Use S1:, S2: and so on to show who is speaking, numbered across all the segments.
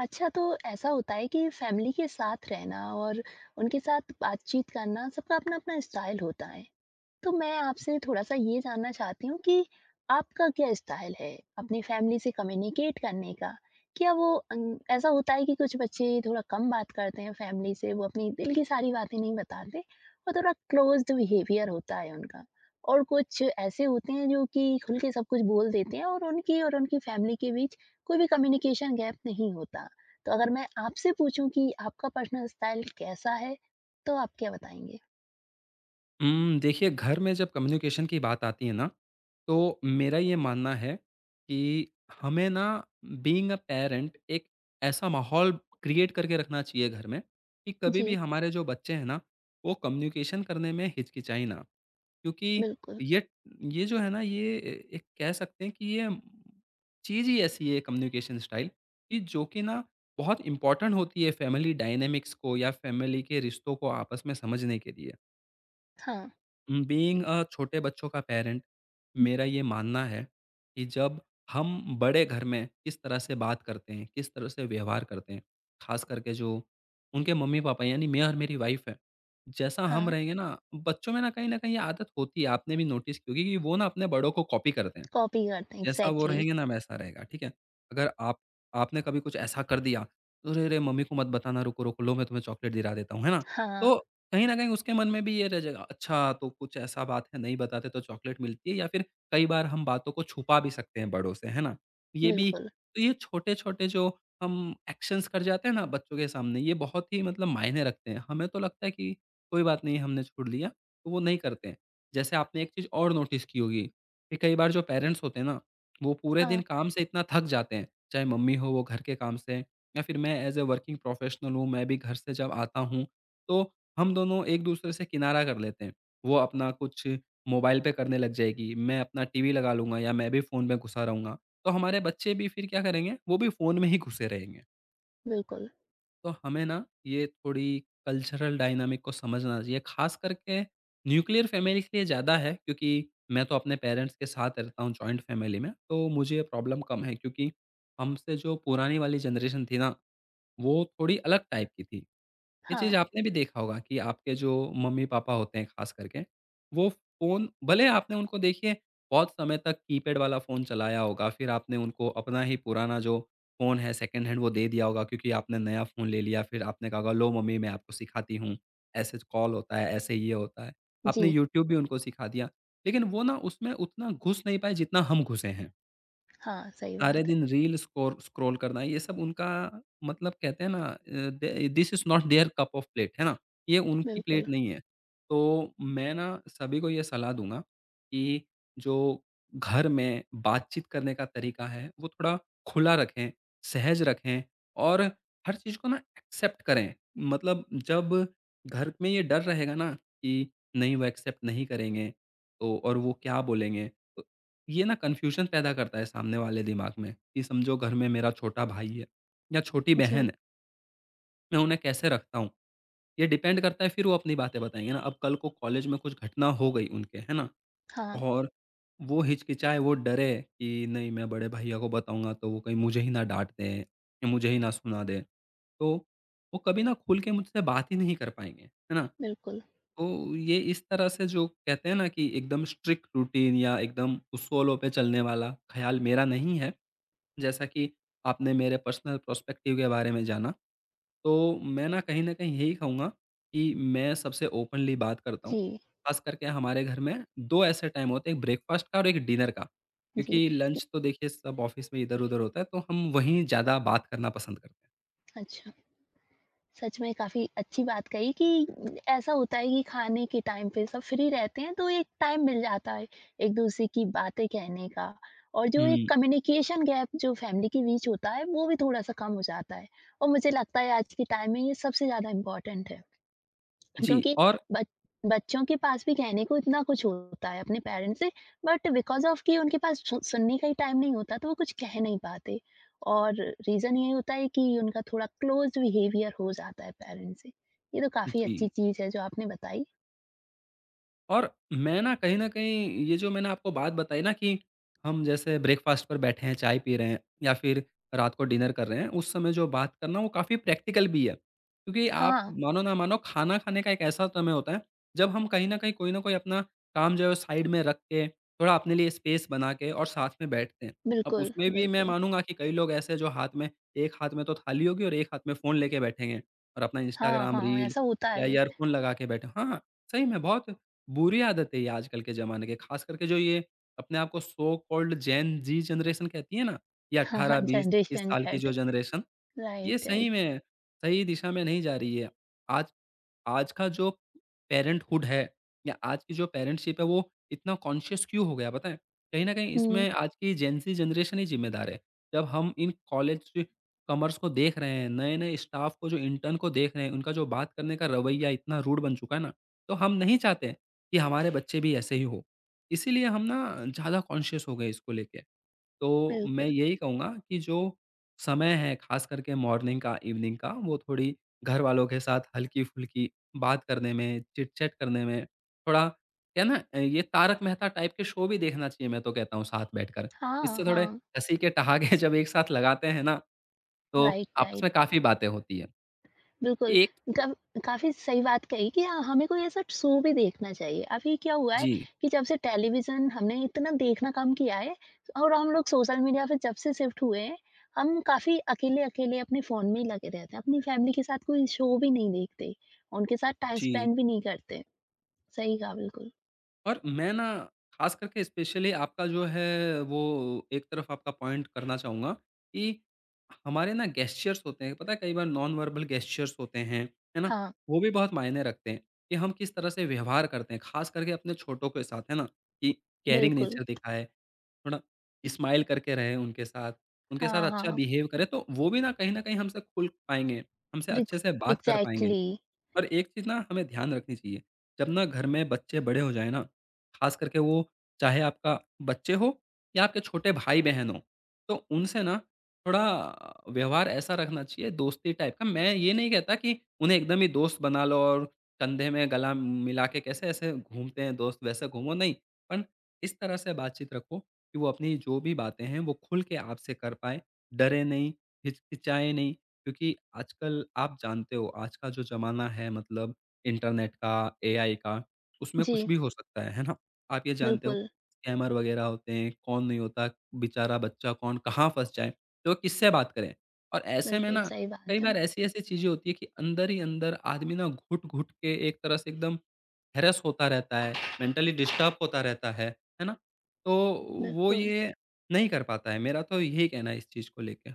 S1: अच्छा तो ऐसा होता है कि फैमिली के साथ रहना और उनके साथ बातचीत करना सबका अपना अपना स्टाइल होता है तो मैं आपसे थोड़ा-सा ये जानना चाहती हूँ कि आपका क्या स्टाइल है अपनी फैमिली से कम्युनिकेट करने का? क्या वो अन ऐसा होता है कि कुछ बच्चे थोड़ा कम बात करते हैं फैमिली से, वो अपनी दिल की सारी बातें नहीं बताते और थोड़ा क्लोज़्ड बिहेवियर होता है उनका और कुछ ऐसे होते हैं जो कि खुल के सब कुछ बोल देते हैं और उनकी फैमिली के बीच कोई भी कम्युनिकेशन गैप नहीं होता। तो अगर मैं आपसे पूछूँ कि आपका पर्सनल स्टाइल कैसा है, तो आप क्या बताएँगे?
S2: देखिए घर में जब कम्युनिकेशन की बात आती है ना, तो मेरा ये मानना है कि हमें ना बीइंग अ पेरेंट एक ऐसा माहौल क्रिएट करके रखना चाहिए घर में कि कभी भी
S1: जी,
S2: हमारे जो बच्चे हैं ना, वो कम्युनिकेशन करने में हिचकिचाएँ ना। क्योंकि
S1: बिल्कुल।
S2: ये ये जो है ना ये एक कह सकते हैं कि ये चीज़ ही ऐसी है कम्युनिकेशन स्टाइल कि जो कि ना बहुत इम्पोर्टेंट होती है फैमिली डायनामिक्स को या फैमिली के रिश्तों को आपस में समझने के लिए।
S1: हाँ।
S2: बीइंग अ छोटे बच्चों का पेरेंट मेरा ये मानना है कि जब हम बड़े घर में किस तरह से बात करते हैं, किस तरह से व्यवहार करते हैं, खास करके जो उनके मम्मी-पापा यानी मैं और मेरी वाइफ़ है, जैसा हम
S1: हाँ,
S2: रहेंगे ना बच्चों में ना कहीं न कहीं ये आदत होती है, आपने भी नोटिस की होगी कि वो ना अपने बड़ों को कॉपी करते हैं।
S1: कॉपी करते हैं
S2: जैसा वो
S1: एग्ज़ैक्टली।
S2: रहेंगे ना वैसा रहेगा, ठीक है? अगर आप आपने कभी कुछ ऐसा कर दिया, तो "अरे रे! मम्मी को मत बताना रुको, रुको, लो मैं तुम्हें चॉकलेट दिला देता हूँ", है ना?
S1: हाँ,
S2: तो कहीं न कहीं उसके मन में भी ये रह जाएगा, "अच्छा तो कुछ ऐसा बात है नहीं बताते तो चॉकलेट मिलती है", या फिर कई बार हम बातों को छुपा भी सकते हैं बड़ों से, है ना? ये भी।
S1: बिल्कुल।
S2: तो ये छोटे-छोटे जो हम एक्शंस कर जाते हैं ना बच्चों के सामने ये बहुत ही मतलब मायने रखते हैं। हमें तो लगता है कि कोई बात नहीं हमने छोड़ लिया, तो वो नहीं करते हैं। जैसे आपने एक चीज़ और नोटिस की होगी, कि कई बार जो पेरेंट्स होते हैं ना वो पूरे
S1: हाँ,
S2: दिन काम से इतना थक जाते हैं, चाहे मम्मी हो वो घर के काम से या फिर मैं एज़ अ वर्किंग प्रोफेशनल हूँ, मैं भी घर से जब आता हूँ, तो हम दोनों एक-दूसरे से किनारा कर लेते हैं। वो अपना कुछ मोबाइल पे करने लग जाएगी, मैं अपना टीवी लगा लूँगा या मैं भी फ़ोन में घुसा रहूँगा। तो हमारे बच्चे भी फिर क्या करेंगे, वो भी फ़ोन में ही घुसे रहेंगे।
S1: बिल्कुल।
S2: तो हमें ना ये थोड़ी कल्चरल डायनामिक को समझना चाहिए। ख़ास करके न्यूक्लियर फैमिली के लिए ज़्यादा है क्योंकि मैं तो अपने पेरेंट्स के साथ रहता हूँ जॉइंट फैमिली में, तो मुझे ये प्रॉब्लम कम है क्योंकि हमसे जो पुरानी वाली जनरेशन थी ना, वो थोड़ी अलग टाइप की थी। ये
S1: हाँ,
S2: चीज़ आपने भी देखा होगा कि आपके जो मम्मी-पापा होते हैं ख़ास करके, वो फ़ोन भले आपने उनको देखिए बहुत समय तक कीपैड वाला फ़ोन चलाया होगा, फिर आपने उनको अपना ही पुराना जो फ़ोन है सेकंड हैंड वो दे दिया होगा क्योंकि आपने नया फ़ोन ले लिया, फिर आपने कहा होगा लो मम्मी मैं आपको सिखाती हूँ, ऐसे कॉल होता है, ऐसे ये होता है।
S1: जी।
S2: आपने यूट्यूब भी उनको सिखा दिया, लेकिन वो ना उसमें उतना घुस नहीं पाए जितना हम घुसे हैं।
S1: हाँ, सही
S2: सारे
S1: बात है।
S2: दिन रील स्कोर स्क्रॉल करना, ये सब उनका मतलब कहते हैं ना the this is not their cup of plate, है ना? ये उनकी
S1: बिल्कुल,
S2: प्लेट नहीं है। तो मैं ना सभी को ये सलाह दूँगा कि जो घर में बातचीत करने का तरीका है, वो थोड़ा खुला रखें, सहज रखें और हर चीज़ को ना एक्सेप्ट करें। मतलब जब घर में ये डर रहेगा ना कि नहीं वो एक्सेप्ट नहीं करेंगे, तो और वो क्या बोलेंगे? ये ना कन्फ्यूजन पैदा करता है सामने वाले दिमाग में कि समझो घर में मेरा छोटा भाई है या छोटी
S1: जी।
S2: बहन है, मैं उन्हें कैसे रखता हूँ ये डिपेंड करता है, फिर वो अपनी बातें बताएंगे ना। अब कल को कॉलेज में कुछ घटना हो गई उनके, है ना?
S1: हाँ,
S2: और वो हिचकिचाए, वो डरे कि नहीं मैं बड़े भैया को बताऊंगा तो वो कहीं मुझे ही ना डांट दें या मुझे ही ना सुना दें, तो वो कभी ना खुल के मुझसे बात ही नहीं कर पाएंगे, है ना?
S1: बिल्कुल।
S2: तो ये इस तरह से जो कहते हैं ना कि एकदम स्ट्रिक्ट रूटीन या एकदम उस सोलो पे चलने वाला ख्याल मेरा नहीं है। जैसा कि आपने मेरे पर्सनल पर्सपेक्टिव के बारे में जाना, तो मैं ना कहीं न कहीं यही कहूँगा कि मैं सबसे ओपनली बात करता हूँ।
S1: जी,
S2: ख़ास करके हमारे घर में 2 ऐसे टाइम होते हैं, एक ब्रेकफ़ास्ट का और एक डिनर का।
S1: जी।
S2: क्योंकि
S1: इ
S2: लंच तो देखिए सब ऑफ़िस में इधर-उधर होता है, तो हम वहीं ज़्यादा बात करना पसंद करते हैं।
S1: अच्छा, सच में काफ़ी अच्छी बात कही कि ऐसा होता है कि खाने के टाइम पे सब फ्री रहते हैं, तो एक टाइम मिल जाता है एक-दूसरे की बातें कहने का और जो एक
S2: हुँ।
S1: कम्युनिकेशन गैप जो फैमिली के बीच होता है, वो भी थोड़ा-सा कम हो जाता है और मुझे लगता है आज के टाइम में ये सबसे ज़्यादा इम्पोर्टेंट है।
S2: जी।
S1: क्योंकि
S2: और
S1: बच बच्चों के पास भी कहने को इतना कुछ होता है अपने पेरेंट्स से बट बिकॉज़ ऑफ कि उनके पास सु सुनने का ही टाइम नहीं होता तो वो कुछ कह नहीं पाते और रीज़न ये होता है कि उनका थोड़ा क्लोज़ बिहेवियर हो जाता है पेरेंट्स से। ये तो काफ़ी
S2: जी।
S1: अच्छी चीज़ है जो आपने बताई।
S2: और मैं ना कहीं न कहीं ये जो मैंने आपको बात बताई ना कि हम जैसे ब्रेकफ़ास्ट पर बैठे हैं, चाय पी रहे हैं या फिर रात को डिनर कर रहे हैं, उस समय जो बात करना वो काफ़ी प्रैक्टिकल भी है। क्योंकि आप
S1: हाँ,
S2: मानो ना मानो खाना खाने का एक ऐसा समय होता है, जब हम कहीं न कहीं कोई ना कोई अपना काम जो है साइड में रख के, थोड़ा अपने लिए स्पेस बना के और साथ में बैठते हैं। अब
S1: बिल्कुल,
S2: उसमें भी मैं
S1: बिल्कुल।
S2: मानूँगा कि कई लोग ऐसे हैं जो हाथ में, एक हाथ में तो थाली होगी और एक हाथ में फ़ोन लेके बैठेंगे और अपना
S1: हाँ,
S2: इंस्टाग्राम
S1: हाँ, हाँ,
S2: रील
S1: ऐसा होता
S2: या
S1: है।
S2: ईयरफ़ोन लगा के बैठे हाँ, सही में बहुत बुरी आदत है ये आजकल के ज़माने के, ख़ास करके जो ये अपने आप को so called Gen Z generation कहती है ना, ये
S1: हाँ, हाँ,
S2: 18, 20, 21
S1: जनरेशन
S2: साल की
S1: ज़ेड।
S2: जो जनरेशन, ये
S1: राइट, राइट।
S2: सही में सही दिशा में नहीं जा रही है। आज आज का जो पेरेंटहुड है या आज की जो पेरेंटशिप है वो इतना कॉन्शियस क्यों हो गया पता है? कहीं न कहीं
S1: हुँ।
S2: इसमें आज की जेनज़ी जनरेशन ही ज़िम्मेदार है। जब हम इन कॉलेज कमर्स को देख रहे हैं, नए-नए स्टाफ को जो इंटर्न को देख रहे हैं, उनका जो बात करने का रवैया इतना रूड बन चुका है ना, तो हम नहीं चाहते कि हमारे बच्चे भी ऐसे ही हो। इसीलिए हम ना ज़्यादा कॉन्शियस हो गए इसको लेके। तो मैं
S1: बिल्कुल।
S2: यही कहूँगा कि जो समय है ख़ास करके मॉर्निंग का, इवनिंग का वो थोड़ी घरवालों के साथ हल्की-फुल्की बात करने में, चिट-चैट करने में, थोड़ा क्या है ना ये तारक मेहता टाइप के शो भी देखना चाहिए मैं तो कहता हूँ साथ बैठकर।
S1: हाँ,
S2: इससे थोड़े
S1: हाँ।
S2: हँसी के ठहाके जब एक साथ लगाते हैं ना, तो
S1: राइट,
S2: आपस
S1: राइट।
S2: में काफ़ी बातें होती हैं।
S1: बिल्कुल।
S2: एक
S1: कब काफ़ी सही बात कही कि हाँ, हमें कोई ऐसा शो भी देखना चाहिए। अभी क्या हुआ है
S2: जी,
S1: कि जब से टेलीविज़न हमने इतना देखना कम किया है और हम लोग सोशल मीडिया पे जब से शिफ्ट हुए हैं, हम काफ़ी अकेले-अकेले अपने फ़ोन में ही लगे रहते हैं। अपनी फैमिली के साथ कोई शो भी नहीं देखते, उनके साथ टाइम
S2: जी।
S1: स्पेंड भी नहीं करते। सही कहा बिल्कुल।
S2: और मैं ना ख़ास करके स्पेशली आपका जो है वो एक तरफ आपका पॉइंट करना चाहूँगा कि हमारे ना गेस्चर्स होते हैं, पता है कई बार नॉन वर्बल गेस्चर्स होते हैं, है ना?
S1: हाँ,
S2: वो भी बहुत मायने रखते हैं कि हम किस तरह से व्यवहार करते हैं, ख़ास करके अपने छोटों के साथ, है ना? कि केयरिंग
S1: बिल्कुल।
S2: नेचर दिखाएँ, थोड़ा स्माइल करके रहें उनके साथ
S1: हाँ,
S2: अच्छा
S1: हाँ।
S2: बिहेव करें, तो वो भी ना कहीं न कहीं हमसे खुल पाएँगे, हमसे अच्छे
S1: रिक्स
S2: से बात कर पाएँगे।
S1: एग्ज़ैक्टली।
S2: पर एक चीज़ ना हमें ध्यान रखनी चाहिए, जब ना घर में बच्चे बड़े हो जाएँ ना, ख़ास करके वो, चाहे आपका बच्चे हो या आपके छोटे भाई-बहन हों, तो उनसे ना थोड़ा व्यवहार ऐसा रखना चाहिए दोस्ती टाइप का। मैं ये नहीं कहता कि उन्हें एकदम ही दोस्त बना लो और कंधे में गला मिला के कैसे ऐसे घूमते हैं दोस्त वैसे घूमो, नहीं। पण इस तरह से बातचीत रखो कि वो अपनी जो भी बातें हैं वो खुल के आपसे कर पाएँ, डरे नहीं, हिचकिचाएँ नहीं। क्योंकि आजकल आप जानते हो आज का जो ज़माना है मतलब इंटरनेट का, एआई का, उसमें कुछ
S1: जी,
S2: भी हो सकता है ना? आप ये जानते हो
S1: बिल्कुल,
S2: स्कैमर वगैरह होते हैं, कौन नहीं होता, बेचारा बच्चा कौन कहाँ फँस जाए, तो किससे बात करें? और ऐसे में
S1: बिल्कुल
S2: ना
S1: सही
S2: कई
S1: बात है।
S2: बार ऐसी-ऐसी चीज़ें होती हैं कि अंदर ही अंदर आदमी ना घुट-घुट के एक तरह से एकदम हैरेस होता रहता है, मेंटली डिस्टर्ब होता रहता है ना? तो वो
S1: बिल्कुल।
S2: ये नहीं कर पाता है, मेरा तो यही कहना है इस चीज़ को लेके।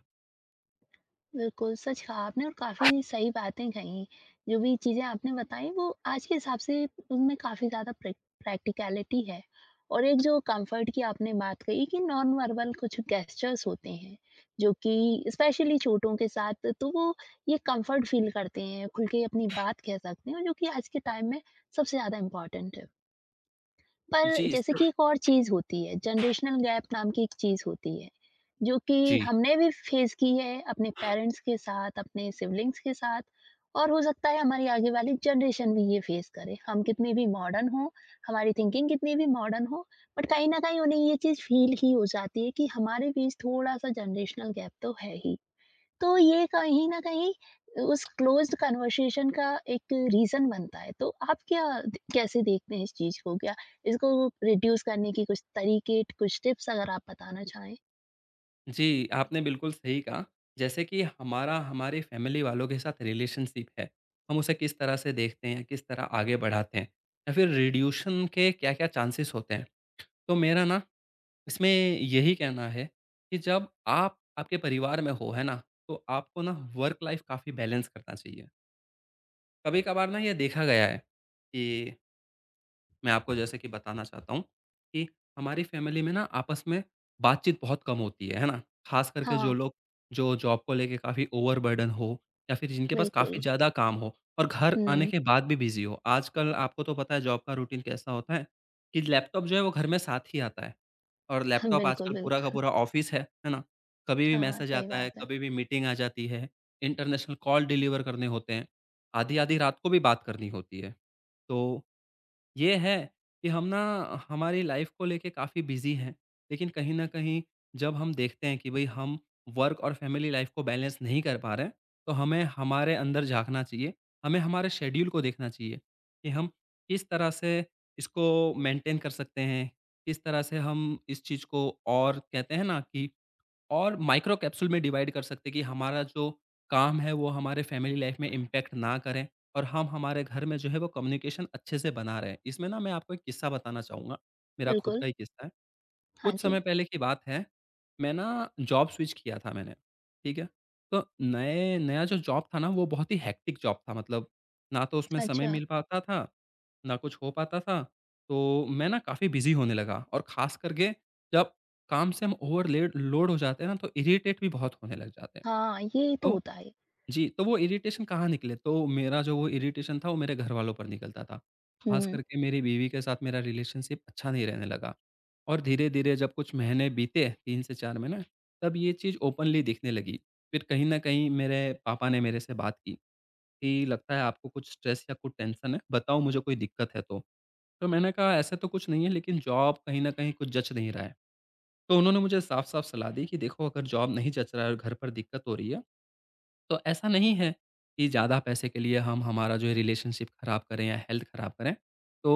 S1: बिल्कुल, सच कहा आपने और काफ़ी सही बातें कहीं। जो भी चीज़ें आपने बताई वो आज के हिसाब से उनमें काफ़ी ज़्यादा प्रैक्टिकलिटी है। और एक जो कम्फ़र्ट की आपने बात कही कि नॉन वर्बल कुछ गेस्चर्स होते हैं, जो कि स्पेशली छोटों के साथ तो वो ये कम्फ़र्ट फ़ील करते हैं, खुल के अपनी बात कह सकते हैं और जो कि आज के टाइम में सबसे ज़्यादा इम्पोर्टेंट है। पर
S2: जी,
S1: जैसे
S2: इससे
S1: कि एक और चीज़ होती है, जनरेशनल गैप नाम की एक चीज़ होती है, जो कि
S2: जी।
S1: हमने भी फेस की है अपने पेरेंट्स के साथ, अपने सिबलिंग्स के साथ और हो सकता है हमारी आगे वाली जनरेशन भी ये फेस करे। हम कितने भी मॉडर्न हों, हमारी थिंकिंग कितनी भी मॉडर्न हो, बट कहीं न कहीं उन्हें ये चीज़ फ़ील ही हो जाती है कि हमारे बीच थोड़ा-सा जनरेशनल गैप तो है ही। तो ये कहीं न कहीं उस क्लोज़्ड कन्वर्सेशन का एक रीज़न बनता है। तो आप क्या द कैसे देखते हैं इस चीज़ को? क्या इसको रिड्यूस करने की कुछ तरीके, कुछ टिप्स अगर आप बताना चाहें?
S2: जी, आपने बिल्कुल सही कहा। जैसे कि हमारा हमारे फैमिली वालों के साथ रिलेशनशिप है, हम उसे किस तरह से देखते हैं, किस तरह आगे बढ़ाते हैं या फिर रिड्यूशन के क्या-क्या चांसेस होते हैं। तो मेरा ना इसमें यही कहना है कि जब आप आपके परिवार में हो, है ना? तो आपको ना वर्क लाइफ़ काफ़ी बैलेंस करना चाहिए। कभी-कभार ना ये देखा गया है कि मैं आपको जैसे कि बताना चाहता हूँ कि हमारी फैमिली में ना आपस में बातचीत बहुत कम होती है ना? ख़ास करके
S1: हाँ,
S2: जो लोग जो जॉब को लेके काफ़ी ओवरबर्डन हो या फिर जिनके पास काफ़ी
S1: बिल्कुल।
S2: ज़्यादा काम हो और घर आने
S1: हुँ।
S2: के बाद भी बिज़ी हो। आजकल आपको तो पता है जॉब का रूटीन कैसा होता है कि लैपटॉप जो है वो घर में साथ ही आता है और
S1: हाँ,
S2: लैपटॉप
S1: बिल्कुल,
S2: आजकल पूरा का
S1: बिल्कुल।
S2: पूरा ऑफ़िस है ना? कभी भी
S1: हाँ,
S2: मैसेज
S1: सही
S2: आता है,
S1: बात है।
S2: कभी भी मीटिंग आ जाती है, इंटरनेशनल कॉल डिलीवर करने होते हैं, आधी-आधी रात को भी बात करनी होती है। तो ये है कि हम ना हमारी लाइफ को लेके काफ़ी बिजी हैं, लेकिन कहीं न कहीं जब हम देखते हैं कि भई हम वर्क और फैमिली लाइफ को बैलेंस नहीं कर पा रहे हैं, तो हमें हमारे अंदर झाँकना चाहिए। हमें हमारे शेड्यूल को देखना चाहिए कि हम किस तरह से इसको मेंटेन कर सकते हैं, किस तरह से हम इस चीज़ को और कहते हैं ना कि और माइक्रो कैप्सूल में डिवाइड कर सकते हैं कि हमारा जो काम है वो हमारे फैमिली लाइफ में इम्पैक्ट ना करें और हम हमारे घर में जो है वो कम्युनिकेशन अच्छे से बना रहे हैं। इसमें ना मैं आपको एक किस्सा बताना चाहूँगा, मेरा खुद
S1: बिल्कुल।
S2: का ही किस्सा है।
S1: हाँ
S2: कुछ
S1: जी।
S2: समय पहले की बात है, मैं ना जॉब स्विच किया था मैंने, ठीक है? तो नए नया जो जॉब था ना वो बहुत ही हेक्टिक जॉब था, मतलब ना तो उसमें समय
S1: अच्छा।
S2: मिल पाता था, ना कुछ हो पाता था। तो मैं ना काफ़ी बिज़ी होने लगा और ख़ास करके जब काम से हम ओवरलेड लोड हो जाते हैं ना, तो इरिटेट भी बहुत होने लग जाते हैं।
S1: हाँ, ये तो
S2: तो
S1: होता है।
S2: जी, तो वो इरिटेशन कहाँ निकले, तो मेरा जो वो इरिटेशन था, वो मेरे घरवालों पर निकलता था। ख़ास
S1: हुँ।
S2: करके मेरी बीवी के साथ मेरा रिलेशनशिप अच्छा नहीं रहने लगा और धीरे-धीरे जब कुछ महीने बीते, 3 से 4 महीने, तब ये चीज़ ओपनली दिखने लगी। फिर कहीं न कहीं मेरे पापा ने मेरे से बात की कि, "लगता है आपको कुछ स्ट्रेस या कुछ टेंशन है, बताओ मुझे कोई दिक्कत है तो।" तो मैंने कहा ऐसा तो कुछ नहीं है, लेकिन जॉब कहीं न कहीं कुछ जच नहीं रहा है। तो उन्होंने मुझे साफ-साफ सलाह दी कि देखो, अगर जॉब नहीं जच रहा है और घर पर दिक्कत हो रही है, तो ऐसा नहीं है कि ज़्यादा पैसे के लिए हम हमारा जो है रिलेशनशिप ख़राब करें या हेल्थ ख़राब करें। तो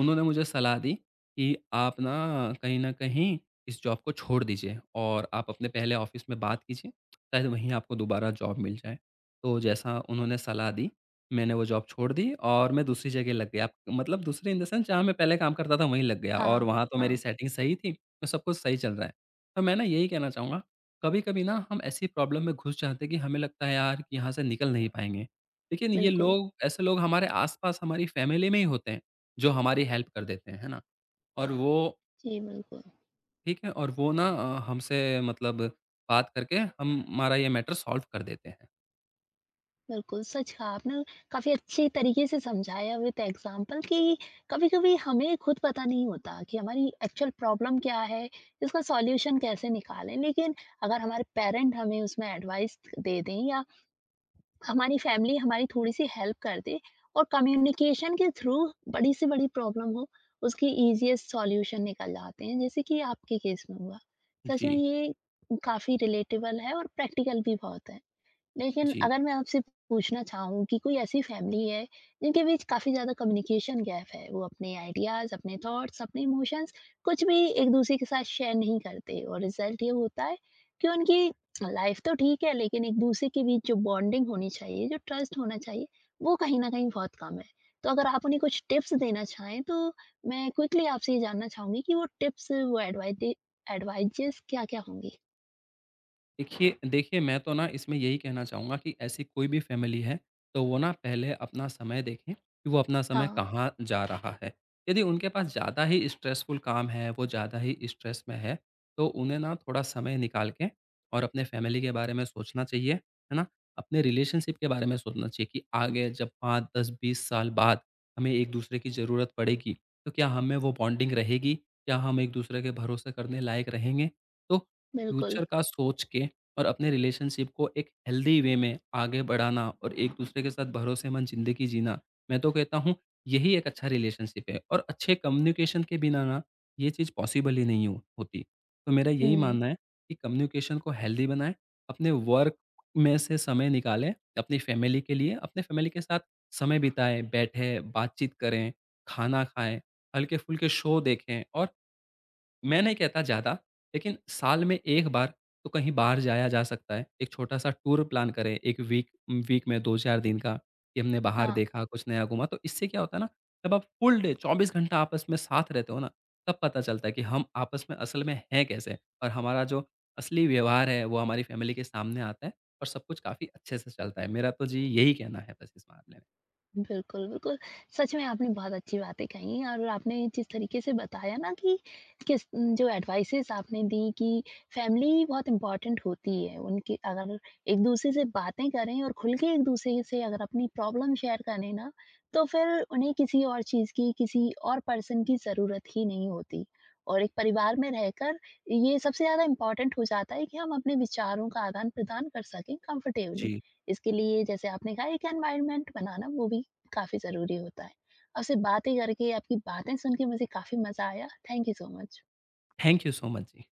S2: उन्होंने मुझे सलाह दी कि आप ना कहीं न कहीं इस जॉब को छोड़ दीजिए और आप अपने पहले ऑफ़िस में बात कीजिए, शायद वहीं आपको दोबारा जॉब मिल जाए। तो जैसा उन्होंने सलाह दी, मैंने वो जॉब छोड़ दी और मैं दूसरी जगह लग गया। मतलब दूसरी इन द सेंस जहाँ मैं पहले काम करता था वहीं लग गया,
S1: हाँ,
S2: और वहाँ तो मेरी
S1: हाँ।
S2: सेटिंग सही थी, तो सब कुछ सही चल रहा है। तो मैं ना यही कहना चाहूँगा, कभी-कभी ना हम ऐसी प्रॉब्लम में घुस जाते हैं कि हमें लगता है यार कि यहाँ से निकल नहीं पाएँगे। लेकिन ये
S1: बिल्कुल।
S2: लोग, ऐसे लोग हमारे आस-पास, हमारी फ़ैमिली में ही होते हैं, जो हमारी हेल्प कर देते हैं, है ना? और वो
S1: जी, बिल्कुल।
S2: ठीक है, और वो ना हमसे मतलब बात करके हम हमारा ये मैटर सॉल्व कर देते हैं।
S1: बिल्कुल, सच कहा आपने। काफ़ी अच्छी तरीके से समझाया विद एग्ज़ाम्पल कि कभी-कभी हमें खुद पता नहीं होता कि हमारी एक्चुअल प्रॉब्लम क्या है, इसका सॉल्यूशन कैसे निकालें। लेकिन अगर हमारे पेरेंट हमें उसमें एडवाइस दे दें या हमारी फैमिली हमारी थोड़ी-सी हेल्प कर दे और कम्युनिकेशन के थ्रू बड़ी से बड़ी प्रॉब्लम हो, उसकी ईज़ीएस्ट सॉल्यूशन निकल जाते हैं, जैसे कि आपके केस में हुआ। सच में
S2: जी,
S1: ये काफ़ी रिलेटेबल है और प्रैक्टिकल भी बहुत है। लेकिन
S2: जी।
S1: अगर मैं आपसे पूछना चाहूँ कि कोई ऐसी फैमिली है जिनके बीच काफ़ी ज़्यादा कम्युनिकेशन गैप है, वो अपने आइडियाज़, अपने थॉट्स, अपने इमोशंस कुछ भी एक-दूसरे के साथ शेयर नहीं करते और रिज़ल्ट ये होता है कि उनकी लाइफ तो ठीक है लेकिन एक-दूसरे के बीच जो बॉन्डिंग होनी चाहिए, जो ट्रस्ट होना चाहिए, वो कहीं न कहीं बहुत कम है। तो अगर आप उन्हें कुछ टिप्स देना चाहें तो मैं क्विकली आपसे ये जानना चाहूँगी कि वो टिप्स, वो एडवाइजेज़ क्या-क्या होंगी?
S2: देखिए देखिए, मैं तो ना इसमें यही कहना चाहूँगा कि ऐसी कोई भी फैमिली है, तो वो ना पहले अपना समय देखें कि वो अपना समय
S1: हाँ,
S2: कहाँ जा रहा है। यदि उनके पास ज़्यादा ही स्ट्रेसफुल काम है, वो ज़्यादा ही स्ट्रेस में है, तो उन्हें ना थोड़ा समय निकाल के और अपने फैमिली के बारे में सोचना चाहिए, है ना? अपने रिलेशनशिप के बारे में सोचना चाहिए कि आगे जब 5, 10, 20 साल बाद हमें एक-दूसरे की ज़रूरत पड़ेगी, तो क्या हम में वो बॉन्डिंग रहेगी? क्या हम एक-दूसरे के भरोसे करने लायक रहेंगे? तो
S1: बिल्कुल।
S2: फ्यूचर का सोच के और अपने रिलेशनशिप को एक हेल्दी वे में आगे बढ़ाना और एक-दूसरे के साथ भरोसेमंद ज़िंदगी जीना, मैं तो कहता हूँ यही एक अच्छा रिलेशनशिप है, और अच्छे कम्युनिकेशन के बिना ना ये चीज़ पॉसिबल ही नहीं हो होती। तो मेरा यही
S1: हुँ,
S2: मानना है कि कम्युनिकेशन को हेल्दी बनाएँ, अपने वर्क में से समय निकालें, अपनी फैमिली के लिए, अपने फैमिली के साथ समय बिताएँ, बैठें, बातचीत करें, खाना खाएँ, हल्के-फुल्के शो देखें, और मैं नहीं कहता ज़्यादा, लेकिन साल में 1 बार तो कहीं बाहर जाया जा सकता है। एक छोटा-सा टूर प्लान करें, 1 वीक वीक में 2-4 दिन का, कि हमने बाहर
S1: हाँ।
S2: देखा, कुछ नया घूमा। तो इससे क्या होता है ना, जब आप फुल डे 24 घंटा आपस में साथ रहते हो ना, तब पता चलता है कि हम आपस में असल में हैं कैसे, और हमारा जो असली व्यवहार है, वो हमारी फ़ैमिली के सामने आता है और सब कुछ काफ़ी अच्छे से चलता है। मेरा तो जी यही कहना है बस इस मामले में।
S1: बिल्कुल, बिल्कुल। सच में आपने बहुत अच्छी बातें कही और आपने जिस तरीके से बताया ना कि किस जो एडवाइसेज़ आपने दी कि फैमिली बहुत इम्पोर्टेंट होती है। उनकी अगर एक-दूसरे से बातें करें और खुल के एक-दूसरे से अगर अपनी प्रॉब्लम शेयर करें ना, तो फिर उन्हें किसी और चीज़ की, किसी और पर्सन की ज़रूरत ही नहीं होती। और एक परिवार में रहकर ये सबसे ज़्यादा इम्पोर्टेंट हो जाता है कि हम अपने विचारों का आदान-प्रदान कर सकें कंफर्टेबली।
S2: जी।
S1: इसके लिए जैसे आपने कहा एक एनवायरनमेंट बनाना वो भी काफ़ी ज़रूरी होता है। आपसे बातें करके, आपकी बातें सुन के मुझे काफ़ी मज़ा आया। Thank you so much.
S2: Thank you so much ji.